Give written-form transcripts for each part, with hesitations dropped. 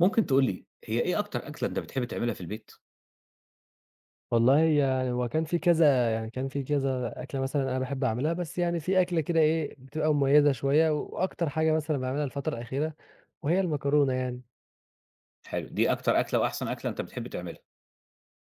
ممكن تقول لي هي إيه أكتر أكلة أنت بتحب تعملها في البيت؟ والله يعني هو كان في كذا أكلة مثلًا أنا باحب أعملها، بس يعني في أكلة كده إيه، بتبقى مميزة شوية وأكتر حاجة مثلًا باعملها الفترة الأخيرة وهي المكرونة يعني. حلو، دي أكتر أكلة وأحسن أكلة أنت بتحب تعملها.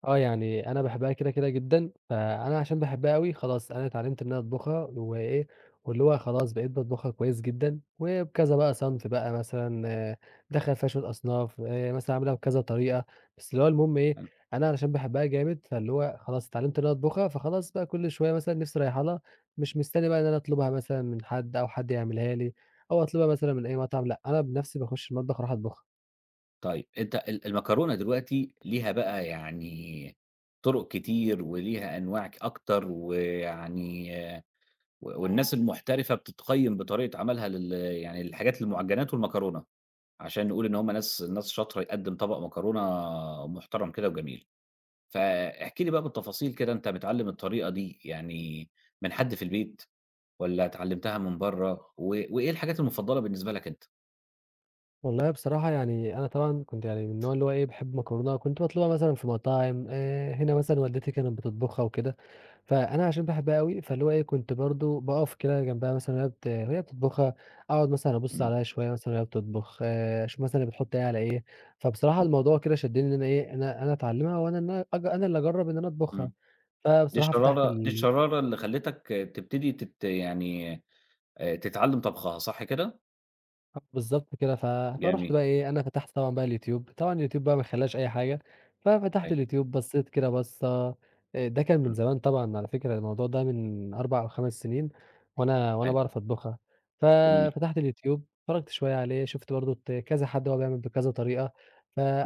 يعني أنا باحبها كده جدًا، فأنا عشان باحبها أوي خلاص أنا اتعلّمت إن أنا أطبخها وإيه، واللي هو خلاص بقيت باطبخها كويس جدًا، وبكذا بقى صنف بقى مثلًا دخّل فيها شوية أصناف، مثلًا أعملها بكذا طريقة، بس اللي هو المهم إيه. حلو. أنا علشان باحبها جامد فاللي هو خلاص اتعلّمت إن أنا أطبخها، فخلاص بقى كل شوية مثلًا نِفْسي رايحة لها، مش مستني بقى إن أنا أطلبها مثلًا من حد أو حد يعملها لي أو أطلبها مثلًا من أي مطعم لأ، أنا بنَفْسي باخُش المطبخ أروح أطبخها. طيب أنت المكرونة دلوقتي ليها بقى يعني طُرق كتير وليها أنواع أكتر، ويعني آه، و والناس المحترفة بتتقيّم بطريقة عملها يعني للحاجات المعجنات والمكرونة، عشان نقول إن هم ناس شاطرة يقدّم طبق مكرونة محترم كده وجميل، فاحكِ لي بقى بالتفاصيل كده أنت متعلّم الطريقة دي يعني من حد في البيت؟ والّا اتعلمتها من برّه، وإيه الحاجات المفضلة بالنسبة لك أنت؟ والله بصراحة يعني أنا طبعًا كنت يعني من النوع اللي هو إيه، باحب مكرونة، كنت باطلبها مثلًا في مطاعم هنا مثلًا والدتي كانت بتطبخها وكده، فأنا عشان باحبها أوي، فاللي هو إيه، كنت برضه باقف كده جنبها مثلًا وهي بتطبخها، أقعد مثلًا أبُص إمم، عليها شوية مثلًا وهي بتطبخ، أشوف مثلًا هي بتحط إيه على إيه. فبصراحة إمم، الموضوع كده شدّني إن أنا إيه، أنا أتعلمها وأنا إن أنا أج أنا اللي أجرّب إن أنا أطبخها. إمم. دي فبصراحة فتحت الشرارة دي ال الشرارة اللي خلّتك تبتدي يعني تتعلم طبخها، صح كده؟ آه بالضبط كده. فرُحت جميل. بقى إيه، أنا فتحت طبعًا بقى اليوتيوب، طبعًا اليوتيوب بقى ما يخلّاش أي حاجة، ففتحت أيوه. اليوتيوب بصّيت كده بصّة ده كان من إمم. زمان طبعًا على فكرة الموضوع ده من 4 أو 5 سنين وأنا أيوه. باعرف أطبخها، جميل. ففتحت اليوتيوب اتفرّجت شوية عليه، شُفت برضه كذا حد هو بيعمل بكذا طريقة،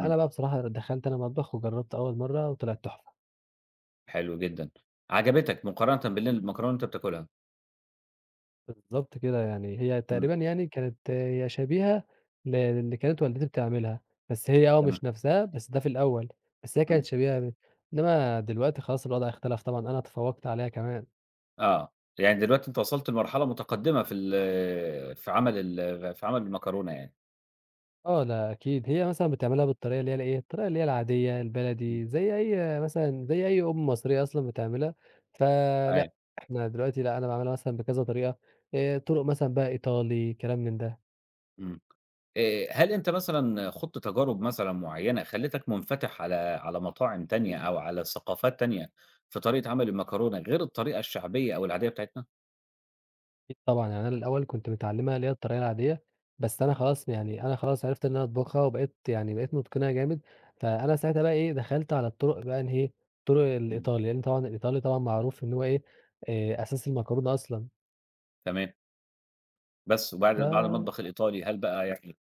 إمم. بقى بصراحة دخلت أنا المطبخ وجرّبت أول مرّة وطلعت تحفة. حلو جدا، عجبتك مقارنة المكرونة اللي أنت بتاكلها؟ بالضبط كده، يعني هي إمم. تقريبا يعني كانت هي شبيهة للي كانت والدتي بتعملها، بس هي تمام. مش نفْسها، بس ده في الأول، بس هي كانت إمم. شبيهة ب إنما دلوقتي خلاص الوضع اختلف طبعًا، أنا اتفوّقت عليها كمان. آه، يعني دلوقتي أنت وصلت لمرحلة متقدمة في في عمل في عمل المكرونة يعني. لأ أكيد، هي مثلًا بتعملها بالطريقة اللي هي الإيه، الطريقة اللي هي العادية، إمم. البلدي، زي أي أم مصرية أصلًا بتعملها، أيوه. فلأ، إحنا دلوقتي لأ، أنا باعملها مثلًا بكذا طريقة، طُرق مثلًا بقى إيطالي، كلام من ده. إمم. هل أنت مثلًا خُضت تجارب مثلًا معيّنة خلّتك منفتح على على مطاعم تانية أو على ثقافات تانية في طريقة عمل المكرونة غير الطريقة الشعبية أو العادية بتاعتنا؟ أكيد طبعًا، يعني أنا الأول كنت متعلّمها اللي هي الطريقة العادية، بس أنا خلاص يعني أنا خلاص عرفت إن أنا أطبخها وبقيت يعني بقيت متقنها جامد، فأنا ساعتها بقى إيه، دخلت على الطرق بقى إن إيه، الطرق إمم. الإيطالي، لإن طبعًا الإيطالي طبعًا معروف إن هو إيه، أساس المكرونة أصلًا، تمام. بس وبعد فلأ. المطبخ الإيطالي هل بقى يعني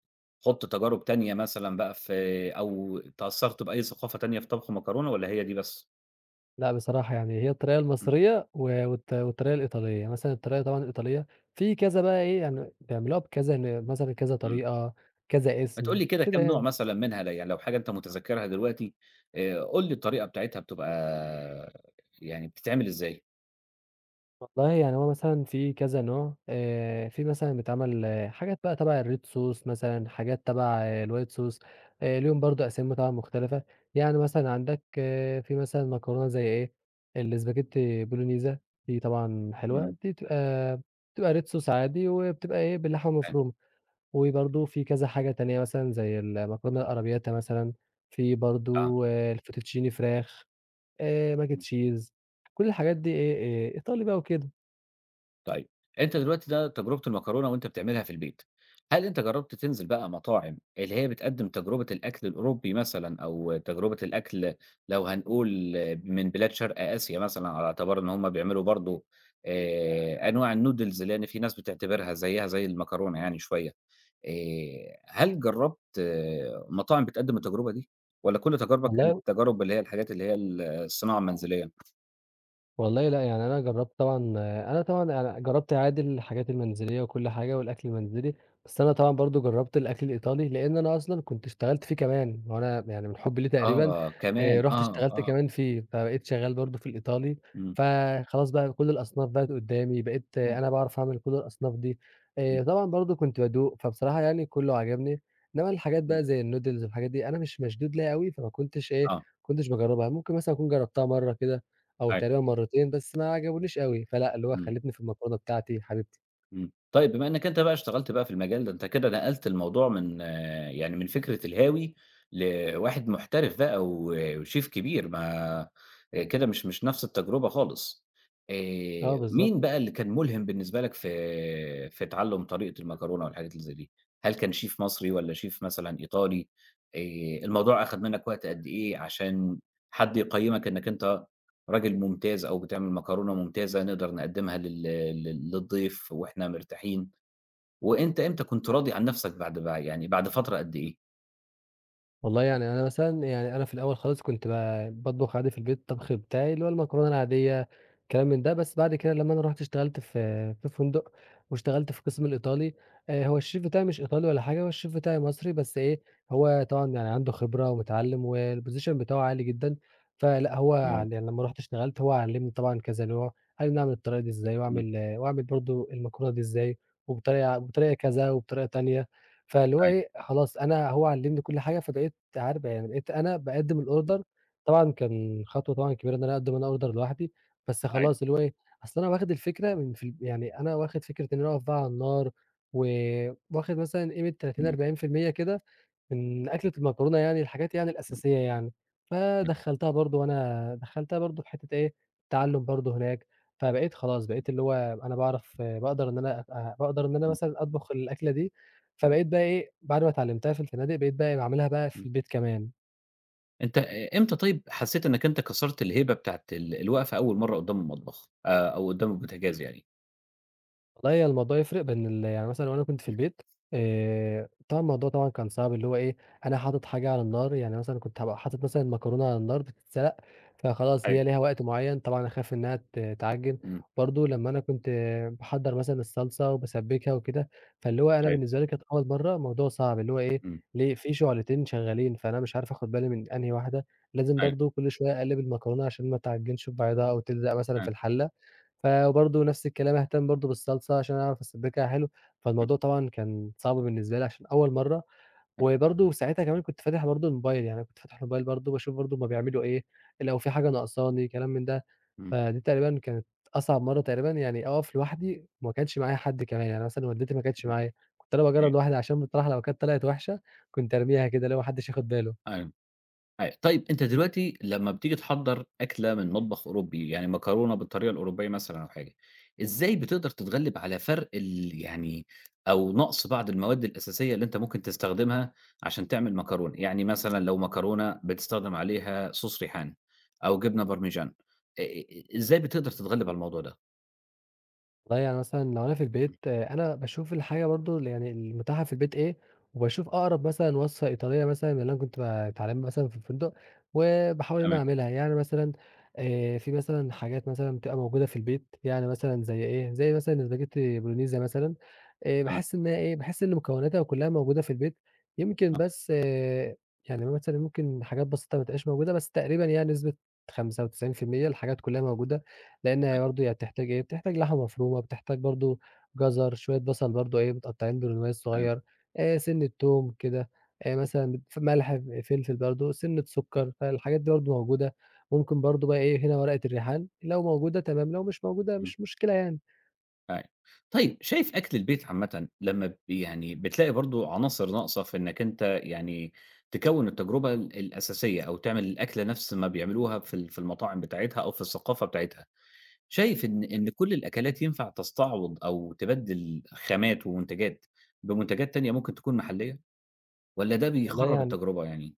خُضت تجارب تانية مثلًا بقى في أو اتأثّرت بأي ثقافة تانية في طبخ مكرونة والّا هي دي بس؟ بصراحة يعني هي الطريقة إمم. المصرية و والط والطريقة الإيطالية، يعني مثلًا الطريقة طبعًا الإيطالية في كذا بقى إيه، يعني بيعملوها بكذا ن مثلًا كذا إمم. طريقة، كذا ما تقول اسم، لي كده كده كام نوع يعني. مثلًا منها يعني لو حاجة أنت متذكرها دلوقتي، قُل لي الطريقة بتاعتها بتبقى يعني بتتعمل إزاي؟ والله يعني هو مثلًا في كذا نوع، في مثلًا بيتعمل حاجات بقى تبع الred sauce مثلًا، حاجات تبع الwhite sauce. ليهم برضه أسامي طبعًا مختلفة، يعني مثلًا عندك في مثلًا مكرونة زي إيه، الاسباجيتي بولونيزا دي طبعًا حلوة، إمم. دي بتبقى بتبقى red sauce عادي وبتبقى إيه باللحمة فاهم. المفرومة، وبرضه في كذا حاجة تانية مثلًا زي المكرونة الأرابياتا مثلًا، في آه. برضه الفوتوتشيني فراخ، mac and cheese. كل الحاجات دي إيه، إيطالي بقى وكده. طيب، أنت دلوقتي ده تجربة المكرونة وأنت بتعملها في البيت، هل أنت جرّبت تنزل بقى مطاعم اللي هي بتقدّم تجربة الأكل الأوروبي مثلًا أو تجربة الأكل، لو هنقول من بلاد شرق آسيا مثلًا على اعتبار إن هم بيعملوا برضه أنواع الnoodles، لإن في ناس بتعتبرها زيّها زي المكرونة يعني شوية، هل جرّبت آه، مطاعم بتقدّم التجربة دي والّا كل تجاربك كانت والله تجارب اللي هي الحاجات اللي هي الصناعة المنزلية؟ والله لأ، يعني أنا جرّبت طبعًا. أنا طبعًا يعني جرّبت عادي الحاجات المنزلية وكل حاجة والأكل المنزلي، بس أنا طبعًا برضه جرّبت الأكل الإيطالي، لإن أنا أصلًا كنت اشتغلت فيه كمان، وأنا يعني من حُبّي ليه تقريبًا آه، كمان رُحت آه، اشتغلت آه. كمان فيه، فبقيت شغّال برضه في الإيطالي، إمم. إمم. فخلاص بقى كل الأصناف بقت قدّامي، بقيت إمم. أنا باعرف أعمل كل الأصناف دي، إمم. طبعًا برضه كنت بادوق، فبصراحة يعني كُلّه عجبني، إنّما الحاجات إمم. بقى زي الnoodles والحاجات دي أنا مش مشدود ليها أوي، فما كنتش إيه، ما آه. كنتش باجرّبها، ممكن مثلًا أكون جرّبتها مرّة كده أو أيوه. تقريبًا مرّتين، بس ما عجبونيش أوي، فلأ اللي هو إمم. خلّيتني في المكرونة بتاعتي حبيبتي. إمم. طيب بما إنّك أنت بقى اشتغلت بقى في المجال ده، أنت كده نقلت الموضوع من يعني من فكرة الهاوي لواحد محترف بقى وشيف كبير، ما كده مش نفس التجربة خالص. آآ، آه مين بالضبط. بقى اللي كان ملهم بالنسبة لك في في تعلُّم طريقة المكرونة والحاجات اللي زي دي؟ هل كان شيف مصري والّا شيف مثلًا إيطالي؟ آآ، الموضوع أخَد منّك وقت قد إيه عشان حد يقيّمك إنّك أنت راجل ممتاز أو بتعمل مكرونة ممتازة نقدر نقدّمها لل لل للضيف وإحنا مرتاحين، وأنت إمتى كنت راضي عن نَفْسك بعد يعني بعد فترة قد إيه؟ والله يعني أنا مثلًا يعني أنا في الأول خالص كنت ب باطبخ عادي في البيت الطبخ بتاعي، اللي هو المكرونة العادية، كلام من ده، بس بعد كده لمّا أنا رُحت اشتغلت في فندق واشتغلت في القسم الإيطالي، هو الchef بتاعي مش إيطالي ولا حاجة، هو الchef بتاعي مصري، بس إيه، هو طبعًا يعني عنده خبرة ومتعلِّم والposition بتاعه عالي جدًا، فلأ تمام. يعني لمّا رُحت اشتغلت هو علِّمني طبعًا كذا نوع، قال لي نعمل الطريقة دي إزاي، إمم. واعمل واعمل برضه المكرونة دي إزاي، وبطريقة كذا وبطريقة تانية. فاللي هو أيوه. إيه، خلاص أنا هو علّمني كل حاجة، فبقيت عارف يعني بقيت أنا باقدّم إمم. الorder. طبعًا كان خطوة طبعًا كبيرة إن أنا أقدّم أنا order لوحدي، بس خلاص أيوه. اللي هو إيه، أصل أنا واخد الفكرة من في يعني أنا واخد فكرة إن أنا أقف بقى على النار، و واخد مثلًا قيمة 30، إمم. 40% كده من أكلة المكرونة يعني، الحاجات يعني إمم. الأساسية يعني، إمم. فدخّلتها برضه وأنا دخّلتها برضه في حتّة إيه، تعلُّم برضه هناك، فبقيت خلاص بقيت اللي هو أنا باعرف باقدر إن أنا إمم. مثلًا أطبخ الأكلة دي. أيوه. فبقيت بقى إيه، بعد ما اتعلمتها في الفنادق بقيت بقى باعملها بقى في إمم. البيت كمان. أنت أ إمتى طيب حسّيت إنّك أنت كسرت الهيبة بتاعة الوقفة أول مرّة قدّام المطبخ أو قدّام البوتاجاز يعني؟ والله هي الموضوع يفرق بين ال يعني مثلًا لو أنا كنت في إمم. البيت طبعًا الموضوع طبعًا كان صعب اللي هو إيه، أنا حاطط حاجة على النار، يعني مثلًا كنت هابقى حاطط مثلًا المكرونة على النار بتتسلق، فخلاص أيوه. هي ليها وقت معيّن، طبعًا أخاف إنها تعجِّن، إمم. برضه لمّا أنا كنت باحضّر مثلًا الصلصة وباسبِّكها وكده، فاللي هو أنا أيوه. بالنسبة لي كانت أول مرّة موضوع صعب، اللي هو إيه، إمم. ليه في شُعلتين شغّالين، فأنا مش عارف آخُد بالي من أنهي واحدة، لازم أيوه. برضه كل شوية أقلِّب المكرونة عشان ما تعجِّنش في بعضها أو تلزق مثلًا في أيوه. الحلّة. وبرضه نفس الكلام أهتم برضه بالصلصة عشان أعرف أسبِّكها حلو، إمم. فالموضوع طبعًا كان صعب بالنسبة لي عشان أول مرّة، أيوه. وبرضه ساعتها كمان كنت فاتح برضه الموبايل، يعني أنا كنت فاتح الموبايل برضه باشوف برضه هُم بيعملوا إيه، لو في حاجة ناقصاني كلام من ده، إمم. فدي تقريبًا كانت أصعب مرّة تقريبًا يعني أقف لوحدي وما كانش معايا حد كمان، يعني مثلًا والدتي ما كانتش معايا، كنت أنا باجرّب أيوه. لوحدي عشان بصراحة لو كانت طلعت وحشة كنت أرميها كده اللي هو ما حدش ياخد باله. أيوه. أيوه. طيب أنت دلوقتي لمّا بتيجي تحضّر أكلة من مطبخ أوروبي، يعني مكرونة بالطريقة الأوروبية مثلًا أو حاجة، إزاي بتقدر تتغلِّب على فرق يعني أو نقص بعض المواد الأساسية اللي أنت ممكن تستخدمها عشان تعمل مكرونة؟ يعني مثلًا لو مكرونة بتستخدم عليها صوص ريحان أو جبنة بارميجان، آآ إزاي بتقدر تتغلِّب على الموضوع ده؟ والله يعني مثلًا لو أنا في البيت أنا باشوف الحاجة برضه ال يعني المتاحة في البيت إيه، وباشوف أقرب مثلًا وصفة إيطالية مثلًا من اللي أنا كنت باتعلمها مثلًا في الفندق، وباحاول إن إمم. أنا أعملها، يعني مثلًا في مثلًا حاجات مثلًا بتبقى موجودة في البيت، يعني مثلًا زي إيه، زي مثلًا الاسباجيتي بولونيزا مثلًا، تمام. باحس إن هي إيه، باحس إن مكوناتها كلها موجودة في البيت، يمكن تمام. بس يعني مثلًا ممكن حاجات بسيطة ما تبقاش موجودة، بس تقريبًا يعني نسبة 95% الحاجات كلها موجودة. لإن آه. هي أيوه. برضه هي بتحتاج إيه، بتحتاج لحمة مفرومة، بتحتاج برضه جزر، شوية بصل برضه إيه متقطعين برونوايز أيوه. صغير، سِنّة توم كده، مثلًا ملح، فلفل برضه، سِنّة سُكّر، فالحاجات دي برضه موجودة، ممكن برضه بقى إيه هنا ورقة الريحان لو موجودة تمام، لو مش موجودة إمم. مش مشكلة يعني. أيوه. طيب شايف أكل البيت عامةً لمّا يعني بتلاقي برضه عناصر ناقصة في إنّك أنت يعني تكوّن التجربة الأساسية أو تعمل الأكلة نفس ما بيعملوها في في المطاعم بتاعتها أو في الثقافة بتاعتها، شايف إن كل الأكلات ينفع تستعوض أو تبدِّل خامات ومنتجات بمنتجات تانية ممكن تكون محلية والّا ده والله بيخرّب يعني التجربة يعني؟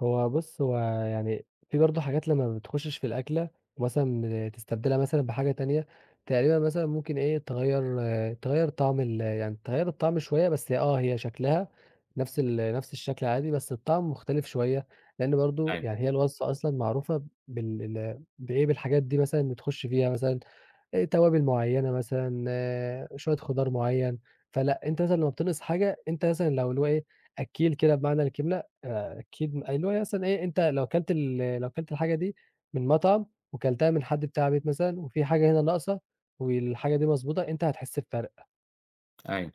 هو بُص، هو يعني في برضه حاجات لما ما بتخشش في الأكلة ومثلًا تستبدلها مثلًا بحاجة تانية، تقريبًا مثلًا ممكن إيه، تغيّر تغيّر طعم ال يعني تغيّر الطعم شوية بس هي شكلها نفس الشكل عادي، بس الطعم مختلف شوية، لأن برضه أيوه. يعني هي الوصفة أصلًا معروفة بال ال بإيه، بالحاجات دي مثلًا بتخش فيها مثلًا توابل معيّنة مثلًا، شوية خضار معيّن، فلأ، أنت مثلًا لمّا بتنقص حاجة، أنت مثلًا لو اللي هو إيه، أكّيل كده بمعنى الكلمة، أكّيل م اللي هو إيه مثلًا إيه، أنت لو كلت الحاجة دي من مطعم وكلتها من حد بتاع بيت مثلًا وفي حاجة هنا ناقصة والحاجة دي مضبوطة، أنت هتحس بفرق. أيوه.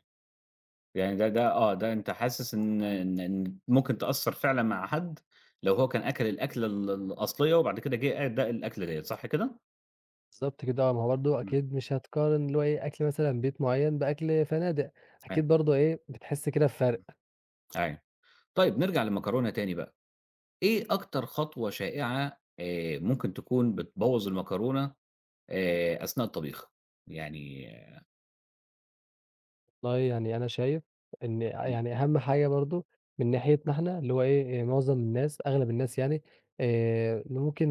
يعني ده أنت حاسس إن إن ممكن تأثّر فعلًا مع حد لو هو كان أكل الأكلة الأصلية وبعد كده جِه أدّى الأكلة ديّة، صح كده؟ بالضبط كده ما هو برضه إمم. أكيد مش هتقارن اللي هو إيه، أكل مثلًا بيت معيّن بأكل فنادق، أيوه. أكيد برضه إيه، بتحس كده بفرق. أيوه. طيب نرجع للمكرونة تاني بقى، إيه أكتر خطوة شائعة ممكن تكون بتبوّظ المكرونة أثناء الطبيخ؟ يعني والله يعني أنا شايف إن إمم، يعني أهم حاجة برضه من ناحيتنا إحنا، اللي هو إيه، معظم الناس أغلب الناس يعني اللي ممكن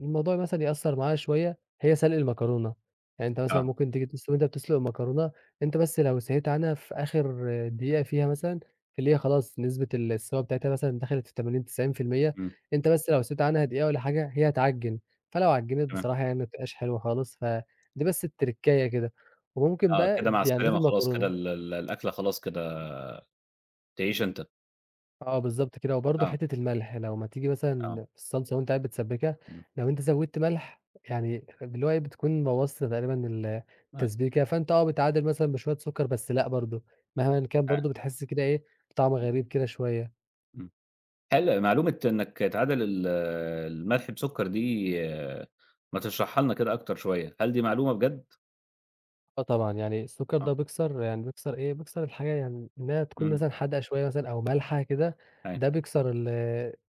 الموضوع مثلًا يأثّر معاها شوية، هي سلق المكرونة. يعني أنت مثلًا آه، ممكن تيجي وأنت بتسلق المكرونة، أنت بس لو سهيت عنها في آخر دقيقة فيها مثلًا، اللي هي خلاص نسبة ال السوا بتاعتها مثلًا دخلت في 80، 90% إمم، أنت بس لو سهيت عنها دقيقة والّا حاجة، هي هتعجِّن. فلو عجِّنت تمام. بصراحة يعني ما بتبقاش حلوة خالص، فدي بس التركاية كده. وممكن آه، بقى كده مع يعني دي في السلامة خلاص كده المكرونة. ال ال الأكلة خلاص كده تعيش أنت. بالضبط كده، وبرضه آه. حتّة الملح، لو ما تيجي آه. مثلًا في الصلصة وأنت قاعد بتسبّكها، إمم. لو أنت زوّدت ملح يعني اللي هو إيه، بتكون بوّظت تقريبًا ال أ التسبيكة، فأنت بتعادل مثلًا بشوية سُكّر بس لأ برضه، مهمًا كان أ برضه بتحس كده إيه، طعم غريب كده شوية. إمم. هل معلومة إنك تعادل الملح بسُكّر دي آه، ما تشرحها لنا كده أكتر شوية، هل دي معلومة بجد؟ آه طبعًا، يعني السُكّر آه. ده بيكسر يعني بيكسر إيه، بيكسر الحاجة يعني إنّها تكون إمم. مثلًا حادقة شوية مثلًا أو مالحة كده، أيوه. ده بيكسر ال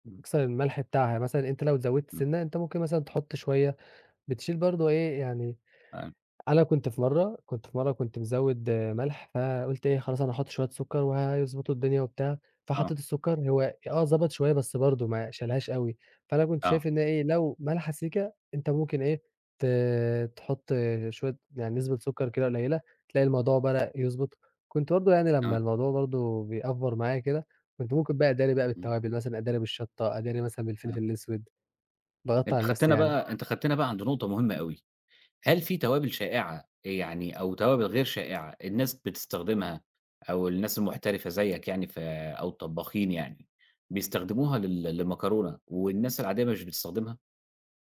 إمم. بيكسر الملح بتاعها، مثلًا أنت لو زوّدت إمم. سِنّة، أنت ممكن مثلًا تحُط شوية، بتشيل برضه إيه، يعني أيوه. أنا كنت في مرّة كنت مزوّد ملح، فقُلت إيه خلاص أنا هاحط شوية سُكّر وهيضبطوا الدنيا وبتاع، آه. فحطيت السُكّر هو ضبط شوية بس برضه ما شالهاش أوي، فأنا كنت آه. شايف إن إيه لو مالحة سيكا أنت ممكن إيه ت تحط شوية يعني نسبة سُكّر كده قليّلة تلاقي الموضوع بدأ يضبط، كنت برضه يعني لمّا تمام. الموضوع برضه بيأفور معايا كده، كنت ممكن بقى أداري بقى إمم. بالتوابل مثلًا أداري بالشطة، أداري مثلًا تمام. بالفلفل الأسود، باغطّي أنت على نفسي خدتنا يعني. بقى أنت خدتنا بقى عند نقطة مهمة أوي، هل في توابل شائعة يعني أو توابل غير شائعة الناس بتستخدمها أو الناس المحترفة زيّك يعني أو الطباخين يعني، بيستخدموها للمكرونة والناس العادية مش بتستخدمها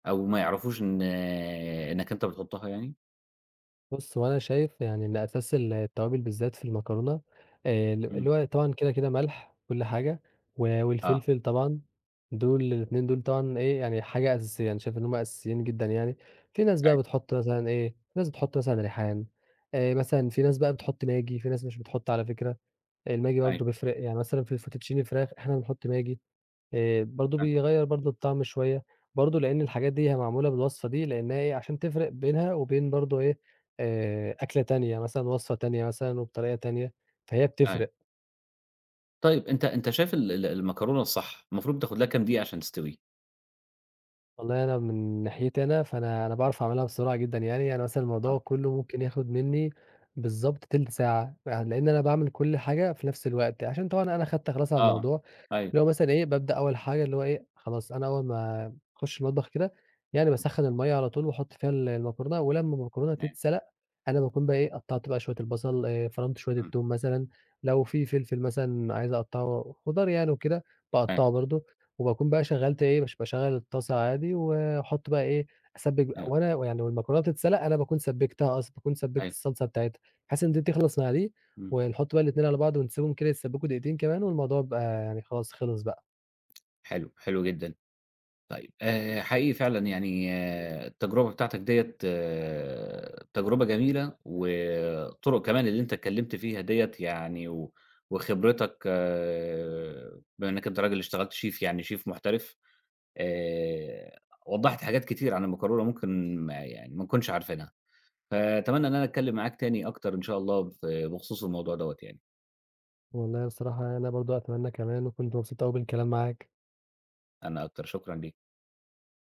أو ما يعرفوش إن إنك أنت بتحطها يعني؟ بُص، هو أنا شايف يعني إن أساس ال التوابل بالذات في المكرونة ال إمم. اللي هو طبعًا كده ملح كل حاجة آه. والفلفل طبعًا، دول الاتنين طبعًا إيه، يعني حاجة أساسية، أنا شايف إن هم أساسيين جدًا يعني. في ناس بقى أيوه. بتحُط مثلًا إيه، في ناس بتحُط مثلًا ريحان، مثلًا في ناس بقى بتحُط ماجي، في ناس مش بتحُط على فكرة، الماجي أيوه. برضه بيفرق، يعني مثلًا في الفوتوتشيني فراخ إحنا بنحُط ماجي. برضه أ بيغيّر برضه الطعم شوية، برضه لإن الحاجات دي هي معمولة بالوصفة دي لإنها إيه، عشان تفرق بينها وبين برضه إيه، أكلة تانية مثلًا، وصفة تانية مثلًا وبطريقة تانية، فهي أيوه. بتفرق. طيب أنت شايف ال ال المكرونة الصح المفروض تاخد لها كام دقيقة عشان تستوي؟ والله أنا من ناحيتي أنا، فأنا باعرف أعملها بسرعة جدًا يعني، يعني مثلًا آه. الموضوع كلّه ممكن ياخد منّي بالضبط تِلت ساعة، يعني لإن أنا باعمل كل حاجة في نفس الوقت، عشان طبعًا أنا خدت خلاص على آه. الموضوع، أيوه. اللي هو مثلًا إيه، بابدأ أول حاجة اللي هو إيه، خلاص أنا أول ما أخش المطبخ كده، يعني باسخّن المَيّة على طول وأحط فيها ال المكرونة، ولمّا المكرونة أيوه. تتسلق، أنا باكون بقى إيه، قطّعت بقى شوية البصل، فرمت شوية إمم. التوم مثلًا، لو في فلفل مثلًا عايز أقطّعه خضار يعني وكده، أيوه. باقطّعه برضه. وباكون بقى شغّلت إيه، مش باشغّل الطاسة عادي وأحُط بقى إيه، أسبِّك بقى أيوه. وأنا يعني والمكرونة بتتسلق أنا باكون سبِّكتها أصلًا، باكون سبِّكت أيوه. الصلصة بتاعتها، بحيث إن دي تخلص مع دي إمم. ونحُط بقى الاتنين على بعض ونسيبهم كده يتسبِّكوا دقيقتين كمان والموضوع بقى يعني خلاص خلص بقى. حلو، حلو جدًا. طيب حقيقي فعلًا يعني التجربة بتاعتك ديّة تجربة جميلة، والطرق كمان اللي أنت اتكلمت فيها ديّة يعني وخبرتك بما إنك أنت راجل اشتغلت شيف يعني شيف محترف، آآ وضّحت حاجات كتير عن المكرونة ممكن ما يعني ما نكونش عارفينها، فأتمنى إن أنا أتكلم معاك تاني أكتر إن شاء الله بخصوص الموضوع دوّة يعني. والله بصراحة أنا برضه أتمنى كمان وكنت مبسوط أوي بالكلام معاك. أنا أكتر، شكرًا ليك.